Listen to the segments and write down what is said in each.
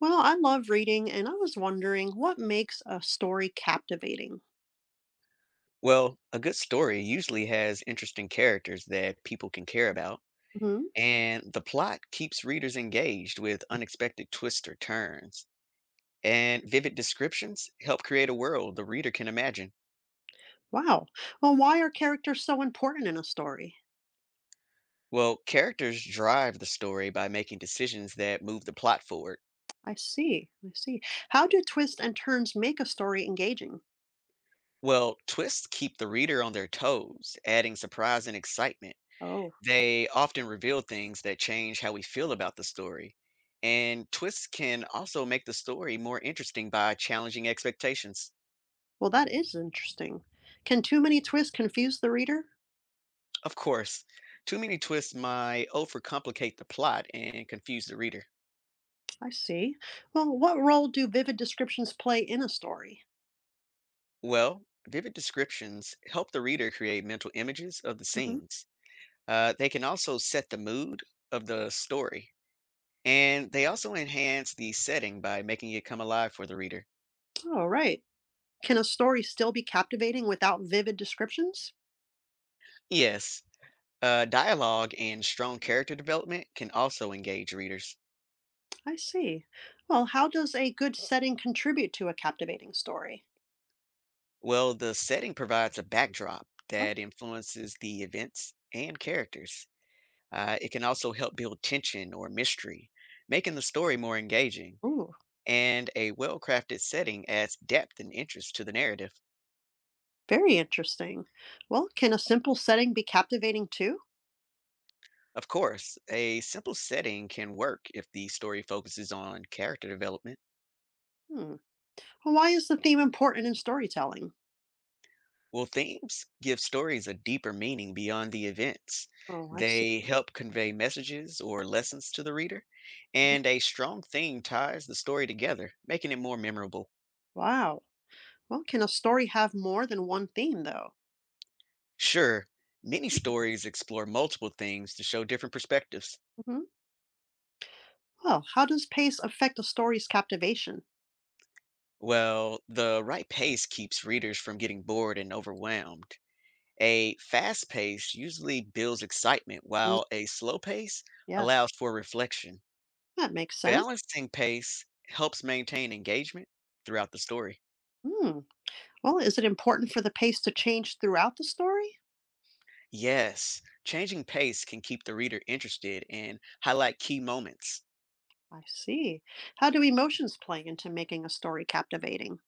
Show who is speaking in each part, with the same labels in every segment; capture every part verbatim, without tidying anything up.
Speaker 1: Well, I love reading, and I was wondering, what makes a story captivating?
Speaker 2: Well, a good story usually has interesting characters that people can care about,
Speaker 1: Hmm.
Speaker 2: and the plot keeps readers engaged with unexpected twists or turns. And vivid descriptions help create a world the reader can imagine.
Speaker 1: Wow. Well, why are characters so important in a story?
Speaker 2: Well, characters drive the story by making decisions that move the plot forward.
Speaker 1: I see. I see. How do twists and turns make a story engaging?
Speaker 2: Well, twists keep the reader on their toes, adding surprise and excitement.
Speaker 1: Oh,
Speaker 2: They often reveal things that change how we feel about the story. And twists can also make the story more interesting by challenging expectations.
Speaker 1: well, that is interesting. Can too many twists confuse the reader?
Speaker 2: Of course, too many twists might overcomplicate the plot and confuse the reader.
Speaker 1: I see. Well, what role do vivid descriptions play in a story?
Speaker 2: Well, vivid descriptions help the reader create mental images of the
Speaker 1: Mhm.
Speaker 2: scenes. Uh, they can also set the mood of the story, and they also enhance the setting by making it come alive for the reader.
Speaker 1: Oh, right. Can a story still be captivating without vivid descriptions?
Speaker 2: Yes. Uh, dialogue and strong character development can also engage readers.
Speaker 1: I see. Well, how does a good setting contribute to a captivating story?
Speaker 2: Well, the setting provides a backdrop
Speaker 1: Oh,
Speaker 2: that influences the events and characters. Uh, it can also help build tension or mystery, making the story more engaging.
Speaker 1: ooh,
Speaker 2: And a well crafted setting adds depth and interest to the narrative.
Speaker 1: very interesting. Well, can a simple setting be captivating too?
Speaker 2: Of course, a simple setting can work if the story focuses on character development.
Speaker 1: Hmm. Well, why is the theme important in storytelling?
Speaker 2: Well, themes give stories a deeper meaning beyond the events.
Speaker 1: Oh, I see.
Speaker 2: They help convey messages or lessons to the reader, and a strong theme ties the story together, making it more memorable.
Speaker 1: Wow. Well, can a story have more than one theme though?
Speaker 2: Sure, many stories explore multiple themes to show different perspectives.
Speaker 1: Hmm. Well, how does pace affect a story's captivation?
Speaker 2: Well, the right pace keeps readers from getting bored and overwhelmed. A fast pace usually builds excitement,
Speaker 1: Mm,
Speaker 2: while a slow pace
Speaker 1: yes,
Speaker 2: allows for reflection.
Speaker 1: that makes sense.
Speaker 2: Balancing pace helps maintain engagement throughout the story.
Speaker 1: Hmm. Well, is it important for the pace to change throughout the story?
Speaker 2: Yes, changing pace can keep the reader interested and highlight key moments.
Speaker 1: I see. How do emotions play into making a story captivating?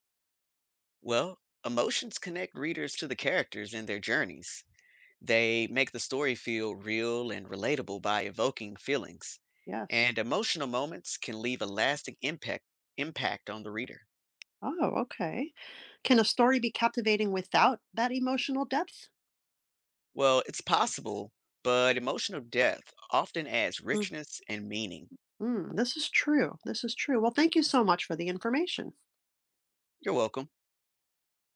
Speaker 2: Well, emotions connect readers to the characters and their journeys. They make the story feel real and relatable by evoking feelings.
Speaker 1: Yes.
Speaker 2: And emotional moments can leave a lasting impact impact on the reader.
Speaker 1: Oh, okay. Can a story be captivating without that emotional depth?
Speaker 2: Well, it's possible, but emotional depth often adds
Speaker 1: Mm,
Speaker 2: richness and meaning.
Speaker 1: mm, this is true. This is true. Well, thank you so much for the information.
Speaker 2: You're welcome.